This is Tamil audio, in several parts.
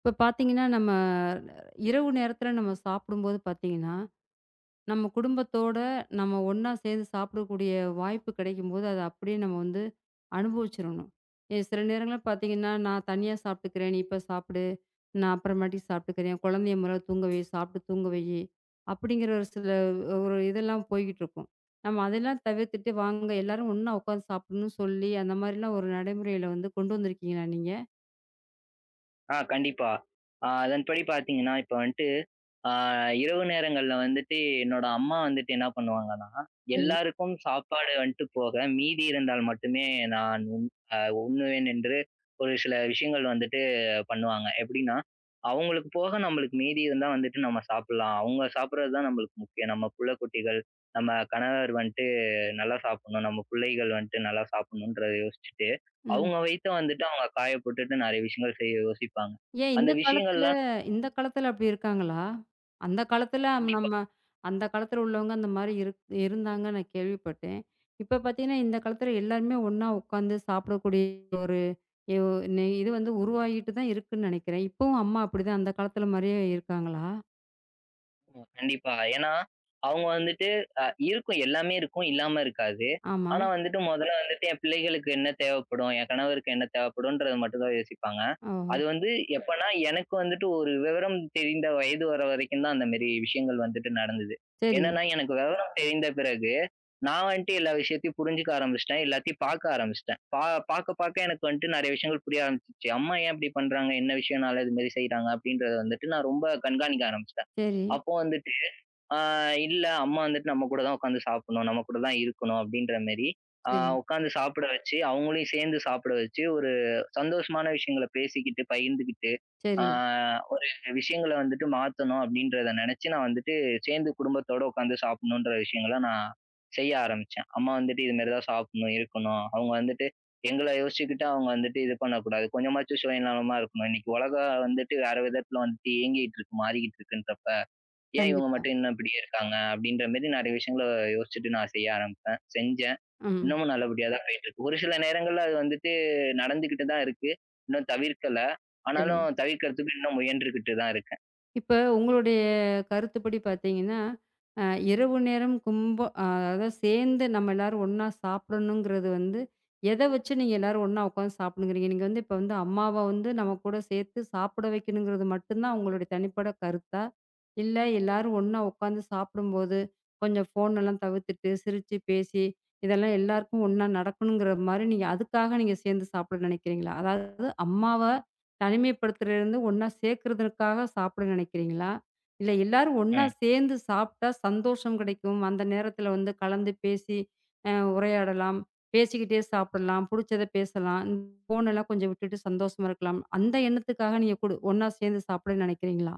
இப்ப பார்த்தீங்கன்னா, நம்ம இரவு நேரத்தில நம்ம சாப்பிடும்போது பார்த்தீங்கன்னா, நம்ம குடும்பத்தோட நம்ம ஒண்ணா சேர்ந்து சாப்பிடக்கூடிய வாய்ப்பு கிடைக்கும்போது, அத அப்படியே நம்ம வந்து அனுபவிச்சிரணும். சில நேரங்கள்ல பார்த்தீங்கன்னா, "நான் தனியா சாப்பிட்டுக்கிறேன். நீ இப்ப சாப்பிடு. நான் அப்புறமாட்டி சாப்பிட்டுக்கிறேன். குழந்தைய மொதல்ல தூங்க வை. சாப்பிட்டு தூங்க வையி." அப்படிங்கிற ஒரு சில ஒரு இதெல்லாம் போய்க்கிட்டுருக்கும். நம்ம அதெல்லாம் தவிர்த்துட்டு, "வாங்க எல்லாரும் ஒண்ணா உட்காந்து சாப்பிடணும்னு" சொல்லி அந்த மாரிலாம் ஒரு நடைமுறையில வந்து கொண்டு வந்திருக்கீங்களா நீங்க? கண்டிப்பா. அதன்படி பார்த்தீங்கன்னா, இப்ப வந்துட்டு ஆ இரவு நேரங்கள்ல வந்துட்டு என்னோட அம்மா வந்துட்டு என்ன பண்ணுவாங்கன்னா, சரி. எல்லாருக்கும் சாப்பாடு வந்துட்டு போக, மீதி இருந்தால் மட்டுமே நான் உண் அ உண்ணுவேன் என்று ஒரு சில விஷயங்கள் வந்துட்டு பண்ணுவாங்க. எப்படின்னா, அவங்களுக்கு போக நம்மளுக்கு மீதி இருந்தா வந்துட்டு நம்ம சாப்பிடலாம். அவங்க சாப்பிடுறது தான் நம்மளுக்கு முக்கியம். நம்ம புள்ள குட்டிகள், நம்ம கணவர் வந்துட்டு நல்லா சாப்பிடணும், நம்ம பிள்ளைகள் வந்துட்டு நல்லா சாப்பிடணுன்றத யோசிச்சுட்டு, ம். அவங்க வயித்த வந்துட்டு அவங்க காய போட்டுட்டு நெறைய விஷயங்கள் செய்ய யோசிப்பாங்க. ஏன் அந்த இந்த காலத்துல விஷயங்கள்லாம் இந்த காலத்துல அப்படி இருக்காங்களா? அந்த காலத்துல கண்டிப்பா நம்ம அந்த காலத்துல உள்ளவங்க அந்த மாரி இருந்தாங்க நான் கேள்விப்பட்டேன். இப்ப பார்த்தீங்கன்னா, இந்த காலத்துல எல்லாருமே ஒண்ணா உட்காந்து சாப்பிடக்கூடிய ஒரு எ ஒ நெ இது வந்து உருவாகிட்டு தான் இருக்குன்னு நெனைக்கிறேன். இப்பவும் அம்மா அப்படிதான் அந்த காலத்துல மாரியே இருக்காங்களா? ம். கண்டிப்பா. ஏன்னா, அவங்க வந்துட்டு இருக்கும் எல்லாமே இருக்கும், இல்லாம இருக்காது. ஆமா. ஆனா வந்துட்டு முதல்ல வந்துட்டு என் பிள்ளைகளுக்கு என்ன தேவைப்படும்? என் கணவருக்கு என்ன தேவைப்படும்ன்றத மட்டும் தான் யோசிப்பாங்க. ஓஹோ! அது வந்து எப்பன்னா, எனக்கு வந்துட்டு ஒரு விவரம் தெரிந்த வயது வர வரைக்கும் தான் அந்த மாரி விஷயங்கள் வந்துட்டு நடந்தது. சரி, என்னன்னா, எனக்கு விவரம் தெரிந்த பிறகு, நான் வந்துட்டு எல்லா விஷயத்தையும் புரிஞ்சுக்க ஆரம்பிச்சுட்டேன். எல்லாத்தையும் பார்க்க ஆரம்பிச்சுட்டேன். பார்க்க பார்க்க எனக்கு வந்துட்டு நெறைய விஷயங்கள் புரிய ஆரம்பிச்சுச்சு. அம்மா ஏன் இப்படி பண்றாங்க? என்ன விஷயம்னால இது மாரி செய்றாங்க? அப்படின்றத வந்துட்டு நான் ரொம்ப கண்காணிக்க ஆரம்பிச்சேன். சரி, அப்போ வந்துட்டு, ஆ இல்ல அம்மா வந்துட்டு நம்ம கூட தான் உட்காந்து சாப்பிடணும். நம்ம கூட தான் இருக்கணும் அப்படின்ற மாரி, ஆ சரி, உட்காந்து சாப்பிட வச்சு, அவங்களையும் சேர்ந்து சாப்பிட வச்சு, ஒரு சந்தோஷமான விஷயங்கள பேசிக்கிட்டு, பகிர்ந்துக்கிட்டு, ஆ சரி. ஒரு விஷயங்கள வந்துட்டு மாத்தணும் அப்படின்றத நெனச்சு, நான் வந்துட்டு சேர்ந்து குடும்பத்தோட உட்காந்து சாப்பிடணுன்ற விஷயங்கள நான் செய்ய ஆரம்பிச்சேன். அம்மா வந்துட்டு இது மாரி தான் சாப்பிடணும், இருக்கணும். அவங்க வந்துட்டு எங்கள யோசிச்சுக்கிட்டு அவங்க வந்துட்டு இது பண்ணக்கூடாது. கொஞ்சமாச்சும் சுயநலமா இருக்கணும். இன்னைக்கு உலகம் வந்துட்டு வேற விதத்துல வந்துட்டு இயங்கிட்டு இருக்கு, மாறிக்கிட்டு இருக்குன்றப்ப ஏன் இவங்க கண்டிப்பா. மட்டும் இன்னும் இப்படியே இருக்காங்க? அப்படின்ற மாரி நெறைய விஷயங்கள யோசிச்சுட்டு நான் செய்ய ஆரம்பிப்பேன். செஞ்சேன். ம். இன்னமும் நல்லபடியா தான் போயிட்டுருக்கு. ஒரு சில நேரங்கள்ல அது வந்துட்டு நடந்துகிட்டு தான் இருக்கு. இன்னும் தவிர்க்கல. சரி. ஆனாலும் தவிர்க்கிறதுக்கு இன்னும் முயன்றுகிட்டு தான் இருக்கேன். இப்ப உங்களுடைய கருத்துப்படி பார்த்தீங்கன்னா, அ இரவு நேரம் கும்ப அ அதாவது சேர்ந்து நம்ம எல்லாரும் ஒண்ணா சாப்பிடணுங்கிறது வந்து, எத வச்சு நீங்க எல்லாரும் ஒண்ணா உட்காந்து சாப்பிடணுங்கிறீங்க? நீங்க வந்து இப்ப வந்து அம்மாவ வந்து நம்ம கூட சேர்த்து சாப்பிட வைக்கணுங்கிறது மட்டும் தான் உங்களுடைய தனிப்பட கருத்தா? இல்ல எல்லாரும் ஒண்ணா உட்காந்து சாப்பிடும்போது, கொஞ்சம் ஃபோன் எல்லாம் தவிர்த்துட்டு, சிரிச்சு பேசி, இதெல்லாம் எல்லாருக்கும் ஒண்ணா நடக்கணுங்கிற மாரி நீங்க அதுக்காக நீங்க சேர்ந்து சாப்பிட நினைக்கிறீங்களா? அதாவது அம்மாவ தனிமைப்படுத்துறதுலருந்து ஒண்ணா சேர்க்கிறதுக்காக சாப்பிட நினைக்கிறீங்களா? இல்ல எல்லாரும் ஒண்ணா ம். சேர்ந்து சாப்பிட்டா சந்தோஷம் கிடைக்கும். அந்த நேரத்தில வந்து கலந்து பேசி உரையாடலாம். பேசிக்கிட்டே சாப்பிடலாம். புடிச்சத பேசலாம். ஃபோனெல்லாம் கொஞ்சம் விட்டுட்டு சந்தோஷமா இருக்கலாம். அந்த எண்ணத்துக்காக நீங்க ஒண்ணா சேர்ந்து சாப்பிட நினைக்கிறீங்களா?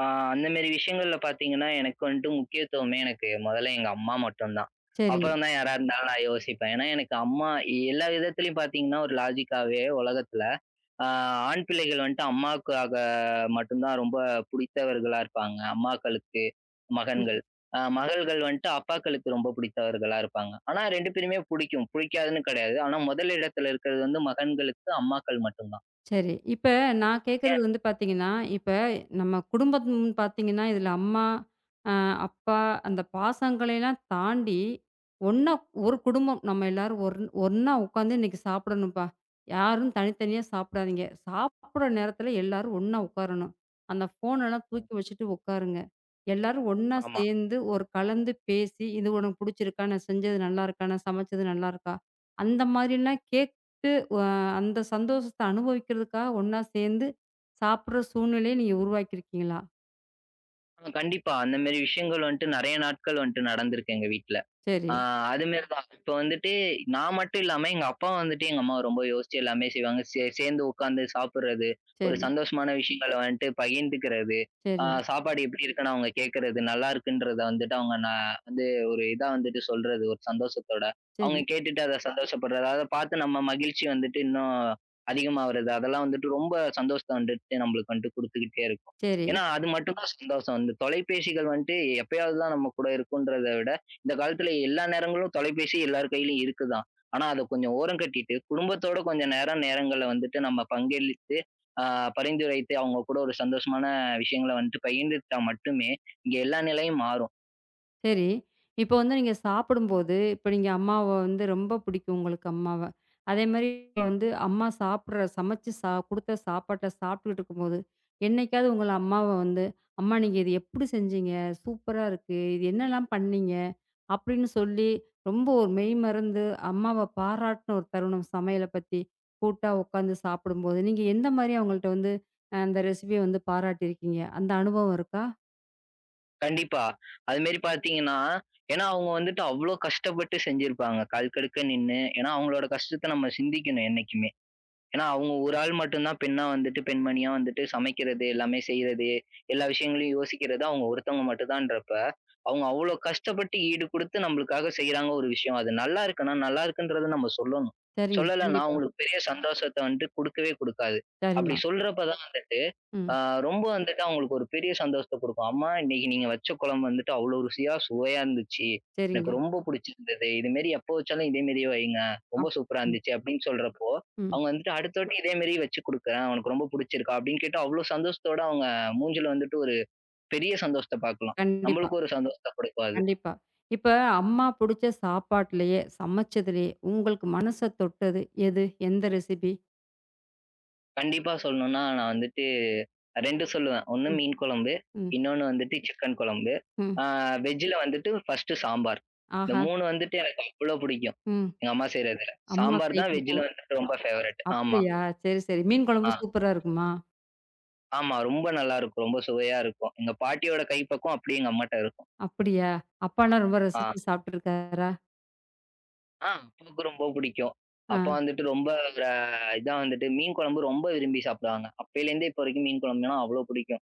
ஆ அந்த மாரி விஷயங்கள்ல பார்த்தீங்கன்னா, எனக்கு வந்துட்டு முக்கியத்துவமே எனக்கு மொதல்ல எங்க அம்மா மட்டும் தான். சரி. அப்புறம் தான் யாரா இருந்தாலும் நான் யோசிப்பேன். ஏன்னா எனக்கு அம்மா எல்லா விதத்திலயும் பார்த்தீங்கன்னா, ஒரு லாஜிக்காவே உலகத்துல ஆ ஆண் பிள்ளைகள் வந்துட்டு அம்மாவுக்காக மட்டும் தான் ரொம்ப புடித்தவர்களா இருப்பாங்க. அம்மாக்களுக்கு சரி. மகன்கள். மகள்கள் வந்துட்டு அப்பாக்களுக்கு ரொம்ப பிடித்தவர்களா இருப்பாங்க. ஆனா 2 பேருமே புடிக்கும். புடிக்காதுன்னு கிடையாது. ஆனா முதல் இடத்துல இருக்கிறது வந்து மகன்களுக்கு அம்மாக்கள் மட்டும் தான். சரி. இப்ப நான் கேட்கறது ஏன் வந்து பார்த்தீங்கன்னா, இப்ப நம்ம குடும்பம்னு பார்த்தீங்கன்னா, இதுல அம்மா, அ அப்பா அந்த பாசங்களைலாம் தாண்டி, ஒண்ணா ஒரு ம், குடும்பம். நம்ம எல்லாரும் ஒண்ணா உட்காந்து இன்னைக்கு சாப்பிடணும்ப்பா. யாரும் தனித்தனியா சாப்பிடாதீங்க. சாப்பிடுற நேரத்துல எல்லாரும் ஒண்ணா உட்காரணும். அந்த ஃபோனெல்லாம் ம். தூக்கி வச்சுட்டு உட்காருங்க. எல்லாரும் ஒண்ணா ஆமா. சேர்ந்து ஒரு கலந்து பேசி, "இது உனக்கு புடிச்சிருக்கா? நான் செஞ்சது நல்லாருக்கா? நான் சமைச்சது நல்லாருக்கா?" அந்த மாரிலாம் கேட்டு அந்த சந்தோஷத்த அனுபவிக்கிறதுக்காக ஒண்ணா சேர்ந்து சாப்பிடுற சூழ்நிலையை நீங்க உருவாக்கியிருக்கீங்களா? கண்டிப்பா. அந்த மாரி விஷயங்கள் வந்துட்டு நெறைய நாட்கள் வந்துட்டு நடந்திருக்கு எங்க வீட்ல. சரி, ஆ அது மாரி தான். இப்ப வந்துட்டு நான் மட்டும் இல்லாம எங்க அப்பா வந்துட்டு எங்க அம்மாவ ரொம்ப யோசிச்சு எல்லாமே செய்வாங்க. சேர்ந்து உட்கார்ந்து சாப்பிடுறது, ஒரு சரி, சந்தோஷமான விஷயங்கள வந்துட்டு பகிர்ந்துக்கிறது, சரி, சாப்பாடு எப்படி இருக்குன்னு அவங்க கேட்கறது, நல்லா இருக்குன்றத வந்துட்டு அவங்க வந்து ஒரு இதா வந்துட்டு சொல்றது ஒரு சந்தோஷத்தோட. அவங்க சரி, கேட்டுட்டு அத சந்தோஷப்படுறது, அத பார்த்து நம்ம மகிழ்ச்சி வந்துட்டு இன்னும் அதிகமாவறது, அதெல்லாம் வந்துட்டு ரொம்ப சந்தோஷத்த வந்துட்டு நம்மளுக்கு வந்துட்டு குடுத்துக்கிட்டே இருக்கும். சரி. ஏன்னா, அது மட்டும் தான் சந்தோஷம். இந்த தொலைபேசிகள் வந்துட்டு எப்பயாவது தான் நம்ம கூட இருக்குன்றத விட இந்த காலத்துல எல்லா நேரங்களும் தொலைபேசி எல்லார் கையிலயும் இருக்குதான். ஆனா, அத கொஞ்சம் ஓரம் கட்டிட்டு, குடும்பத்தோட கொஞ்சம் நேரம் நேரங்கள்ல வந்துட்டு நம்ம பங்களித்து, ஆ பரிந்துரைத்து அவங்க கூட ஒரு சந்தோஷமான விஷயங்கள வந்துட்டு பகிர்ந்துக்கிட்டா மட்டுமே, இங்க எல்லா நிலையும் மாறும். சரி. இப்போ வந்து நீங்க சாப்பிடும்போது, இப்ப நீங்க அம்மாவ வந்து ரொம்ப பிடிக்கும் உங்களுக்கு அம்மாவ. அதேமாரி ம். வந்து அம்மா சாப்பிடுற சமைச்சு குடுத்த சாப்பாட்ட சாப்பிட்டுக்கிட்டு இருக்கும்போது, என்னைக்காவது உங்கள அம்மாவ வந்து, "அம்மா நீங்க இது எப்படி செஞ்சீங்க? சூப்பரா இருக்கு. இது என்னலாம் பண்ணீங்க?" அப்படின்னு சொல்லி ரொம்ப ஒரு மெய்மறந்து அம்மாவ பாராட்டுன ஒரு தருணம் சமையல பத்தி, கூட்டா உட்காந்து சாப்பிடும்போது, நீங்க எந்த மாரி அவங்கள்ட்ட வந்து அந்த ரெசிபிய வந்து பாராட்டியிருக்கீங்க? அந்த அனுபவம் இருக்கா? கண்டிப்பா. அதுமாரி பார்த்தீங்கன்னா, ஏன்னா அவங்க வந்துட்டு அவ்ளோ கஷ்டப்பட்டு செஞ்சிருப்பாங்க. கால் கடுக்க நின்னு. ஏன்னா அவங்களோட கஷ்டத்த நம்ம சிந்திக்கணும் என்னைக்குமே. ஏன்னா, அவங்க ஒரு ஆள் மட்டும் தான் பெண்ணா வந்துட்டு, பெண்மணியா வந்துட்டு சமைக்கிறது, எல்லாமே செய்றது, எல்லா விஷயங்களையும் யோசிக்கிறது அவங்க ஒருத்தவங்க மட்டும் தான்றப்ப, அவங்க அவ்ளோ கஷ்டப்பட்டு ஈடு குடுத்து நம்மளுக்காக செய்றாங்க ஒரு விஷயம். அது நல்லா இருக்குன்னா, நல்லா இருக்குன்றத நம்ம சொல்லணும். சரிங்க. சொல்லலன்னா, கண்டிப்பா. அவங்களுக்கு பெரிய சந்தோஷத்த வந்துட்டு குடுக்கவே குடுக்காது. அப்படி சரிம்மா. சொல்றப்ப தான் வந்துட்டு ஆ ம். ரொம்ப வந்துட்டு அவங்களுக்கு ஒரு பெரிய சந்தோஷத்த குடுக்கும். அம்மா இன்னைக்கு நீங்க வச்ச குழம்பு வந்துட்டு அவ்ளோ ருசியா, சுவையா இருந்துச்சு. சரிங்க. எனக்கு ரொம்ப புடிச்சிருந்தது. இதுமாரி எப்போ வச்சாலும் இதே மாரியே வைங்க. ரொம்ப அப் சூப்பரா ம், இருந்துச்சு அப்படின்னு சொல்றப்போ, ம். அவங்க வந்துட்டு அடுத்த வாட்டி இதே மாரி வச்சு குடுக்குறேன். உனக்கு ரொம்ப புடிச்சிருக்கா? அப்படின்னு கேட்டு அவ்ளோ சந்தோஷத்தோட அவங்க மூஞ்சில வந்துட்டு ஒரு பெரிய சந்தோஷத்த பாக்கலாம். கண்டிப்பா, நம்மளுக்கும் ஒரு சந்தோஷத்த குடுக்கும் அது. கண்டிப்பா. இப்ப அம்மா புடிச்ச சாப்பாட்லயே, சமைச்சதுலயே உங்களுக்கு மனச தொட்டது எது? எந்த ரெசிபி? கண்டிப்பா சொல்லணும்னா நான் வந்துட்டு 2 சொல்லுவேன். ஒண்ணு ம், மீன் குழம்பு, ம், இன்னொன்னு வந்துட்டு சிக்கன் குழம்பு. ம். ஆ வெஜ்ஜில வந்துட்டு ஃபர்ஸ்ட்டு சாம்பார். இந்த ஆஹா! 3 வந்துட்டு எனக்கு அவ்வளோ பிடிக்கும். ம். எங்க அம்மா செய்றதுல. அம்மா சாம்பார் தான் வெஜ்ஜில கைப்பக்குவம். வந்துட்டு ரொம்ப ஃபேவரைட். ஆமா. அப்படியா? சரி, சரி. மீன் குழம்பு ஆ. சூப்பரா இருக்குமா? ஆமா. ரொம்ப நல்லாருக்கும். ரொம்ப சுவையா இருக்கும். எங்க பாட்டியோட கைப்பக்குவம் அப்படியே எங்க அம்மாட்ட இருக்கும். அப்படியா? அப்பாலாம் ரொம்ப ஆ. ரசிச்சு சாப்ட்டுருக்காரா? அப்பாவுக்கு ரொம்ப பிடிக்கும். ஆ. அப்பா வந்துட்டு ரொம்ப ஒரு இதா வந்துட்டு மீன் குழம்பு ரொம்ப விரும்பி சாப்பிடுவாங்க. அப்பயிலேருந்தே இப்போ வரைக்கும் மீன் குழம்புனா அவ்வளோ பிடிக்கும்.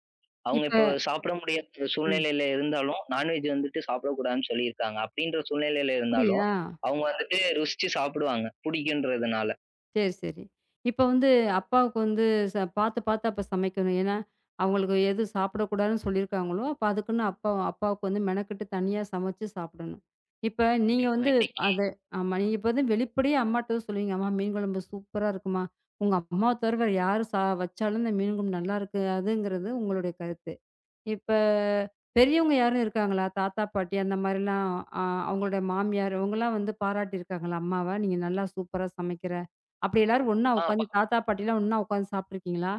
அவங்க இப்போ இப்ப சாப்பிட முடியாத ம். சூழ்நிலையில இருந்தாலும், நான்வெஜ் வந்துட்டு சாப்பிடக்கூடாதுன்னு சொல்லியிருக்காங்க. அப்படின்ற சூழ்நிலையில இருந்தாலும், அப்படியா? அவங்க வந்துட்டு ருசிச்சு சாப்பிடுவாங்க, பிடிக்குன்றதுனால. சரி, சரி. இப்ப வந்து அப்பாவுக்கு வந்து பார்த்து, பார்த்து அப்ப சமைக்கணும். ஏன்னா, அவங்களுக்கு எது சாப்பிடக்கூடாதுன்னு சொல்லியிருக்காங்களோ, அப்ப அதுக்குன்னு அப்பாவுக்கு வந்து மெனக்கெட்டு தனியா சமைச்சு சாப்பிடணும். இப்ப நீங்க கண்டிப்பா. வந்து இன்னைக்கு அது ஆமா. நீங்க இப்ப வந்து வெளிப்படையா அம்மாட்ட சொல்லுவீங்க, "அம்மா மீன் குழம்பு சூப்பரா இருக்கும்மா." உங்க அம்மாவ தவிர வேற யாரு வச்சாலும் இந்த மீன் குழம்பு நல்லாயிருக்காதுங்கிறது உங்களுடைய கருத்து. இப்ப பெரியவங்க யாரும் இருக்காங்களா? தாத்தா, பாட்டி அந்த மாரிலாம் அ அவங்களோட மாமியார் இவங்கலாம் வந்து பாராட்டியிருக்காங்களா அம்மாவ? நீங்க நல்லா சூப்பரா சமைக்கிற அப்படி எல்லாரும் ஒண்ணா உட்காந்து ஆ. தாத்தா, பாட்டிலாம் ஒண்ணா உட்காந்து சாப்பிட்டுருக்கீங்களா?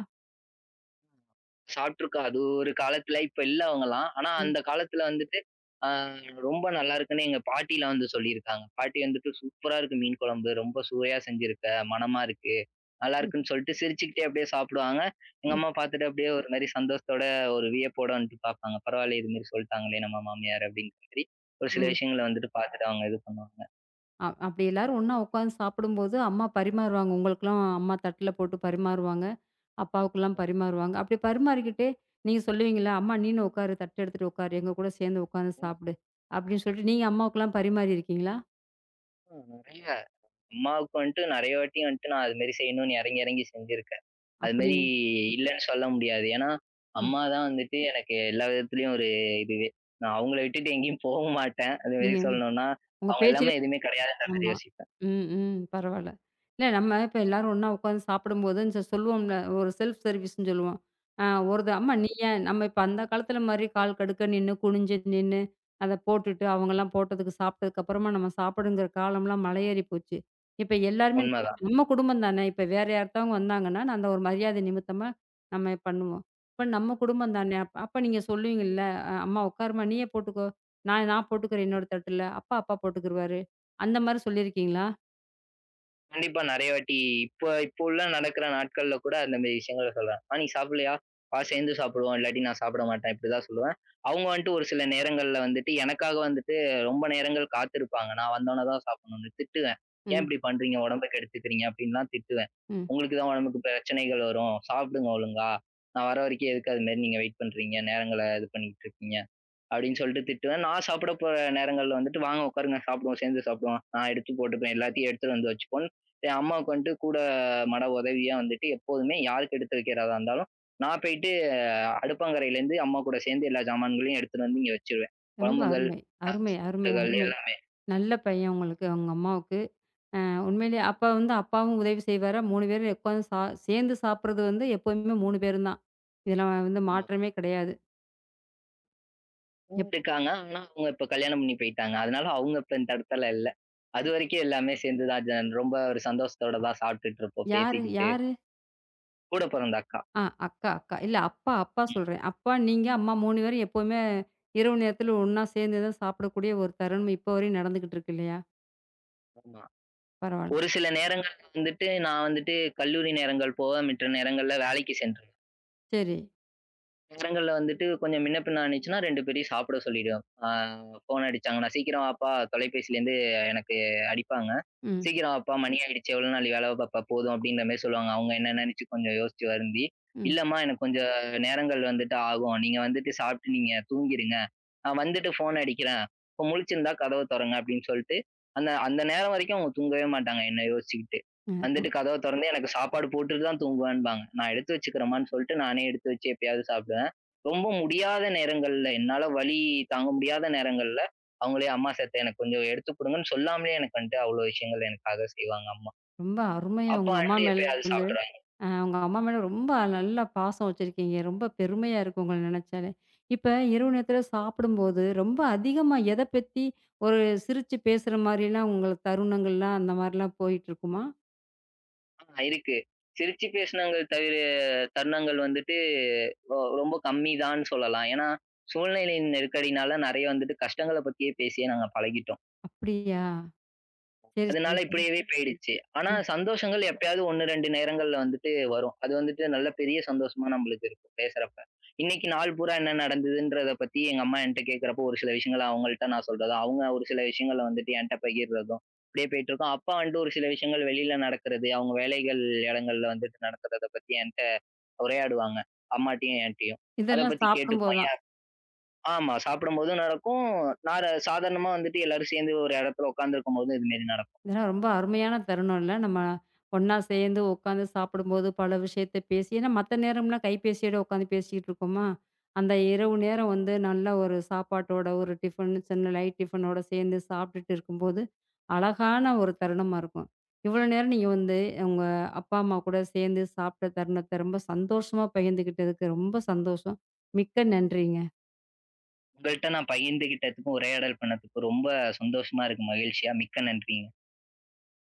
சாப்ட்டுருக்கோம். அது ஒரு காலத்துல இப்ப இல்ல அவங்கலாம். ஆனா ம். அந்த காலத்துல வந்துட்டு, ஆ ரொம்ப நல்லா இருக்குன்னு எங்க பாட்டிலாம் வந்து சொல்லியிருக்காங்க. பாட்டி வந்துட்டு, "சூப்பரா இருக்கு மீன் குழம்பு. ரொம்ப சுவையா செஞ்சிருக்க. மணமா இருக்கு. நல்லா சரி. இருக்குன்னு" சொல்ட்டு சிரிச்சுக்கிட்டே அப்படியே சாப்பிடுவாங்க. எங்க ம். அம்மா பார்த்துட்டு அப்படியே ஒரு மாரி சந்தோஷத்தோட, ஒரு வியப்போட வந்துட்டு பார்ப்பாங்க. பரவாயில்ல இது மாரி சொல்ட்டாங்களே நம்ம மாமியார் அப்படிங்கிற மாரி, ஒரு சில ம். விஷயங்கள வந்துட்டு பார்த்துட்டு அவங்க இது பண்ணுவாங்க. அப்படி எல்லாரும் ஒண்ணா உட்காந்து சாப்பிடும்போது அம்மா பரிமாறுவாங்க. உங்களுக்கெல்லாம் அம்மா தட்டுல போட்டு பரிமாறுவாங்க. அப்பாவுக்கெல்லாம் பரிமாறுவாங்க. அப்படி பரிமாறிக்கிட்டே நீங்க சொல்லுவீங்களா? "அம்மா நீனும் உட்காரு. தட்டு எடுத்துட்டு உட்காரு. எங்க கூட சேர்ந்து உட்காந்து சாப்பிடு." அப்படின்னு சொல்லிட்டு நீங்க அம்மாவுக்கெல்லாம் பரிமாறியிருக்கீங்களா? நெறைய அம்மாவுக்கு வந்துட்டு நெறைய வாட்டி வந்துட்டு நான் அது மாரி செய்யணும்னு இறங்கி, இறங்கி செஞ்சிருக்கேன். அது மாரி அப்படிங்க. இல்லன்னு சொல்ல முடியாது. ஏன்னா, ம். அம்மா தான் வந்துட்டு எனக்கு எல்லா விதத்துலயும் ஒரு இதுவே. நான் அவங்கள விட்டுட்டு எங்கேயும் போவும் மாட்டேன். அது மாரி நீங்க சொல்லணும்னா, உங்க அவங்க இல்லாம பேச்சிலே எதுவுமே கிடையாதுன்ற மாரி ஆமா. யோசிப்பேன். ம், ம். பரவால்ல. இல்ல நம்ம இப்ப எல்லாரும் ஒண்ணா உட்காந்து சாப்பிடும்போது இந்த சொல்லுவோம்ல, ஒரு செல்ஃப் சர்வீஸ்ன்னு சொல்லுவோம். அ ஒருது அம்மா ம். நீ ஏன் நம்ம இப்ப அந்த காலத்துல மாரி கால் கடுக்க நின்னு, குனிஞ்சு நின்னு, அத போட்டுட்டு அவங்கலாம் போட்டதுக்கு சாப்பிட்டதுக்கு அப்புறமா நம்ம சாப்பிடுங்கிற காலம்லாம் மலையேறி போச்சு. இப்ப எல்லாருமே நம்ம உண்மதான். நம்ம குடும்பம் தானே. இப்ப வேற யார்த்தவங்க வந்தாங்கன்னா, நான் அந்த ஒரு மரியாதை நிமித்தமா நம்ம பண்ணுவோம். இப்ப நம்ம குடும்பம் தானே. அப்ப அப்ப நீங்க சொல்லுவீங்கல்ல, "அம்மா உட்காரும்மா, நீயே போட்டுக்கோ. நான் நான் போட்டுக்கிறேன் என்னோட தட்டுல." அப்பா போட்டுக்குருவாரு. அந்த மாரி சொல்லியிருக்கீங்களா? கண்டிப்பா நெறைய வாட்டி இப்ப இப்ப உள்ள நடக்கிற நாட்கள்ல கூட அந்த மாரி விஷயங்கள சொல்றேன். "ஆ நீ சாப்பிடலையா? வா சேர்ந்து சாப்பிடுவோம். இல்லாட்டி நான் சாப்பிட மாட்டேன்." இப்படிதான் சொல்லுவேன். அவங்க வந்துட்டு ஒரு சில நேரங்கள்ல வந்துட்டு எனக்காக வந்துட்டு ரொம்ப நேரங்கள் காத்திருப்பாங்க. நான் வந்தோனே தான் சாப்பிடணும்னு. திட்டுவேன். "ஏன் ம், இப்படி பண்றீங்க? உடம்ப கெடுத்துக்கிறீங்க." அப்படின்லாம் திட்டுவேன். ம். "உங்களுக்கு தான் உடம்புக்கு பிரச்சனைகள் வரும். சாப்பிடுங்க ஒழுங்கா. நான் வர வரைக்கும் எதுக்கு அது மாரி நீங்க வெயிட் பண்றீங்க? நேரங்கள இது பண்ணிக்கிட்டு இருக்கீங்க." அப்படின்னு சொல்லிட்டு திட்டுவேன் நான் சாப்பிட போற நேரங்கள்ல வந்துட்டு வாங்க உட்காருங்க சாப்பிடுவோம் சேர்ந்து சாப்பிடுவோம் நான் எடுத்து போட்டுப்பேன் எல்லாத்தையும் எடுத்துட்டு வந்து வச்சுப்போன்னு என் அம்மாவுக்கு வந்துட்டு கூட மட உதவியா வந்துட்டு எப்போதுமே யாருக்கு எடுத்து வைக்கிறதா இருந்தாலும் நான் போயிட்டு அடுப்பங்கரையிலேருந்து அம்மா கூட சேர்ந்து எல்லா சாமான்களையும் எடுத்துட்டு வந்து இங்க வச்சிருவேன். ரொம்ப குழம்புகள், அருமை. அருமை, அருமை, சாப்பாடுகள் அருமை. எல்லாமே. நல்ல பையன் உங்களுக்கு, உங்க அம்மாவுக்கு. உண்மையிலேயே அப்பா வந்து அப்பாவும் உதவி செய்வாரா? 3 பேரும் உட்காந்து சா சேர்ந்து சாப்பிடுறது வந்து எப்பவுமே 3 பேரும் தான். இதுல வந்து ஆமா. மாற்றமே கிடையாது. எப் இருக்காங்க. ஆனா அவங்க இப்ப கல்யாணம் பண்ணி போயிட்டாங்க. அதனால அவங்க இப்ப இந்த இடத்துல இல்ல. அதுவரைக்கும் எல்லாமே சேர்ந்து தான் ரொம்ப ஒரு சந்தோஷத்தோட தான் சாப்பிட்டுட்டு இருப்போம் யாரு? பேசிக்கிட்டு. யாரு? கூட பொறந்த அக்கா. ஆ அக்கா, அக்கா. இல்ல அப்பா, அப்பா சொல்றேன். அப்பா, நீங்க, அம்மா 3 பேரும் எப்பவுமே இரவு நேரத்தில ஒண்ணா சேர்ந்து தான் சாப்பிடக்கூடிய ஒரு தருணம் இப்போ வரையும் நடந்துகிட்டு இருக்கு இல்லையா? ஆமா. பரவால்ல. ஒரு சில நேரங்கள்ல வந்துட்டு நான் வந்துட்டு கல்லூரி நேரங்கள் போக, மற்ற நேரங்கள்ல வேலைக்கு சென்று சரி. நேரங்கள்ல வந்துட்டு கொஞ்சம் முன்ன பின்ன ஆனுச்சுன்னா 2 பேரையும் சாப்பிட சொல்லிடுவேன். ஃபோன் அடிச்சாங்கன்னா, "சீக்கிரம் வாப்பா தொலைபேசியிலேருந்து எனக்கு அடிப்பாங்க. ம், சீக்கிரம் வாப்பா மணி ம். ஆயிடுச்சு. எவ்வளோ நாழி வேல பாப்ப போதும்." அப்படின்ற மாரி சொல்லுவாங்க. அவங்க என்ன நினைச்சு கொஞ்சம் யோசிச்சு வருந்தி, ம். "இல்லம்மா எனக்கு கொஞ்சம் நேரங்கள் வந்துட்டு ஆகும். நீங்க வந்துட்டு சாப்பிட்டு நீங்க தூங்கிருங்க. நான் வந்துட்டு ஃபோன் அடிக்கிறேன். இப்போ முழிச்சிருந்தா கதவ தொறங்க." அப்படின்னு சொல்லிட்டு, அந்த அந்த நேரம் வரைக்கும் அவங்க தூங்கவே மாட்டாங்க என்ன யோசிச்சுக்கிட்டு. அ ரொம் வந்துட்டு கதவ தொறந்து எனக்கு சாப்பாடு போட்டுட்டு தான் தூங்குவேன்பாங்க. நான் எடுத்து வச்சுக்கிறேம்மான்னு சொல்லிட்டு நானே எடுத்து வச்சு எப்பயாவது சாப்பிடுவேன். ரொம்ப முடியாத நேரங்கள்ல, என்னால வலி தாங்க முடியாத நேரங்கள்ல, அவங்களே "அம்மா செத்த எனக்கு கொஞ்சம் எடுத்து குடுங்கன்னு" சொல்லாமலே எனக்கு வந்துட்டு அவ்வளோ விஷயங்கள் எனக்காக செய்வாங்க அம்மா. ரொம்ப அருமையா அப்பா உங்க அம்மா வந்துட்டு மேல எப்பயாவது வந்து சாப்பிடுறாங்க. உங்க அம்மா மேல ரொம்ப நல்லா பாசம் வச்சிருக்கீங்க. ரொம்ப பெருமையா இருக்கு உங்கள நெனச்சாலே. இப்ப இரவு நேரத்தில சாப்பிடும்போது, ரொம்ப அதிகமா எத பத்தி ஒரு சிரிச்சு பேசுற மாரிலாம் உங்கள தருணங்கள்லாம் அந்த மாரிலாம் போயிட்டுருக்குமா? இருக்கு. சிரிச்சு பேசினங்கள் தவிர தருணங்கள் வந்துட்டு ரொம்ப கம்மிதான்னு சொல்லலாம். ஏன்னா, சூழ்நிலையின் நெருக்கடினால நெறைய வந்துட்டு கஷ்டங்கள பத்தியே பேசியே நாங்க பழகிட்டோம். அப்படியா? சரி, சரி, அதனால சரி. இப்படியவே போயிடுச்சு. ஆனா ம். சந்தோஷங்கள் எப்பயாவது 1, 2 நேரங்கள்ல வந்துட்டு வரும். அது வந்துட்டு நல்ல பெரிய சந்தோஷமா நம்மளுக்கு இருக்கும் பேசுறப்ப. இன்னைக்கு நாள் பூரா என்ன நடந்ததுன்றத பத்தி எங்க அம்மா என்ட்ட கேட்கிறப்போ ஒரு சில விஷயங்கள அவங்கள்ட்ட நான் சொல்றதும், அவங்க ஒரு சில விஷயங்கள வந்துட்டு என்ட்ட பகிர்றதும், இப்படியே போயிட்டுருக்கும். அப்பா வந்துட்டு ஒரு சில விஷயங்கள் வெளியில நடக்கிறது, அவங்க வேலைகள் இடங்கள்ல வந்துட்டு நடக்கிறத பத்தி என்ட்ட உரையாடுவாங்க. அம்மாட்டயும் என்ட்டயும். அத இதெல்லாம் பத்தி சாப்பிடும்போது கேட்டுப்போம். தான். ஆமா சாப்பிடும்போதும் நடக்கும். நார சாதாரணமா வந்துட்டு எல்லாரும் சேர்ந்து ஒரு இடத்துல உட்கார்ந்திருக்கும்போதும் இது மாரி நடக்கும். இதெல்லாம் ரொம்ப அருமையான தருணம்ல. நம்ம ஒண்ணா சேர்ந்து உட்காந்து சாப்பிடும்போது பல விஷயத்த பேசி ஏன்னா மத்த நேரம்லாம் கைபேசியோட உட்காந்து பேசிக்கிட்டு இருக்கோமா, அந்த இரவு நேரம் வந்து நல்ல ஒரு சாப்பாட்டோட ஒரு டிஃபன் சின்ன லைட் டிஃபனோட சேர்ந்து சாப்பிட்டுட்டு இருக்கும்போது, அழகான ஒரு தருணமா இருக்கும். இவ்வளோ நேரம் நீங்க வந்து உங்க அப்பா, அம்மா கூட சேர்ந்து சாப்பிட்ட தருணத்த ரொம்ப சந்தோஷமா பகிர்ந்துக்கிட்டதுக்கு ரொம்ப சந்தோஷம். மிக்க நன்றிங்க. உங்கள்ட்ட நான் பகிர்ந்துகிட்டதுக்கும், உரையாடல் பண்ணதுக்கும் ரொம்ப சந்தோஷமா இருக்கு. மகிழ்ச்சியா மிக்க நன்றிங்க.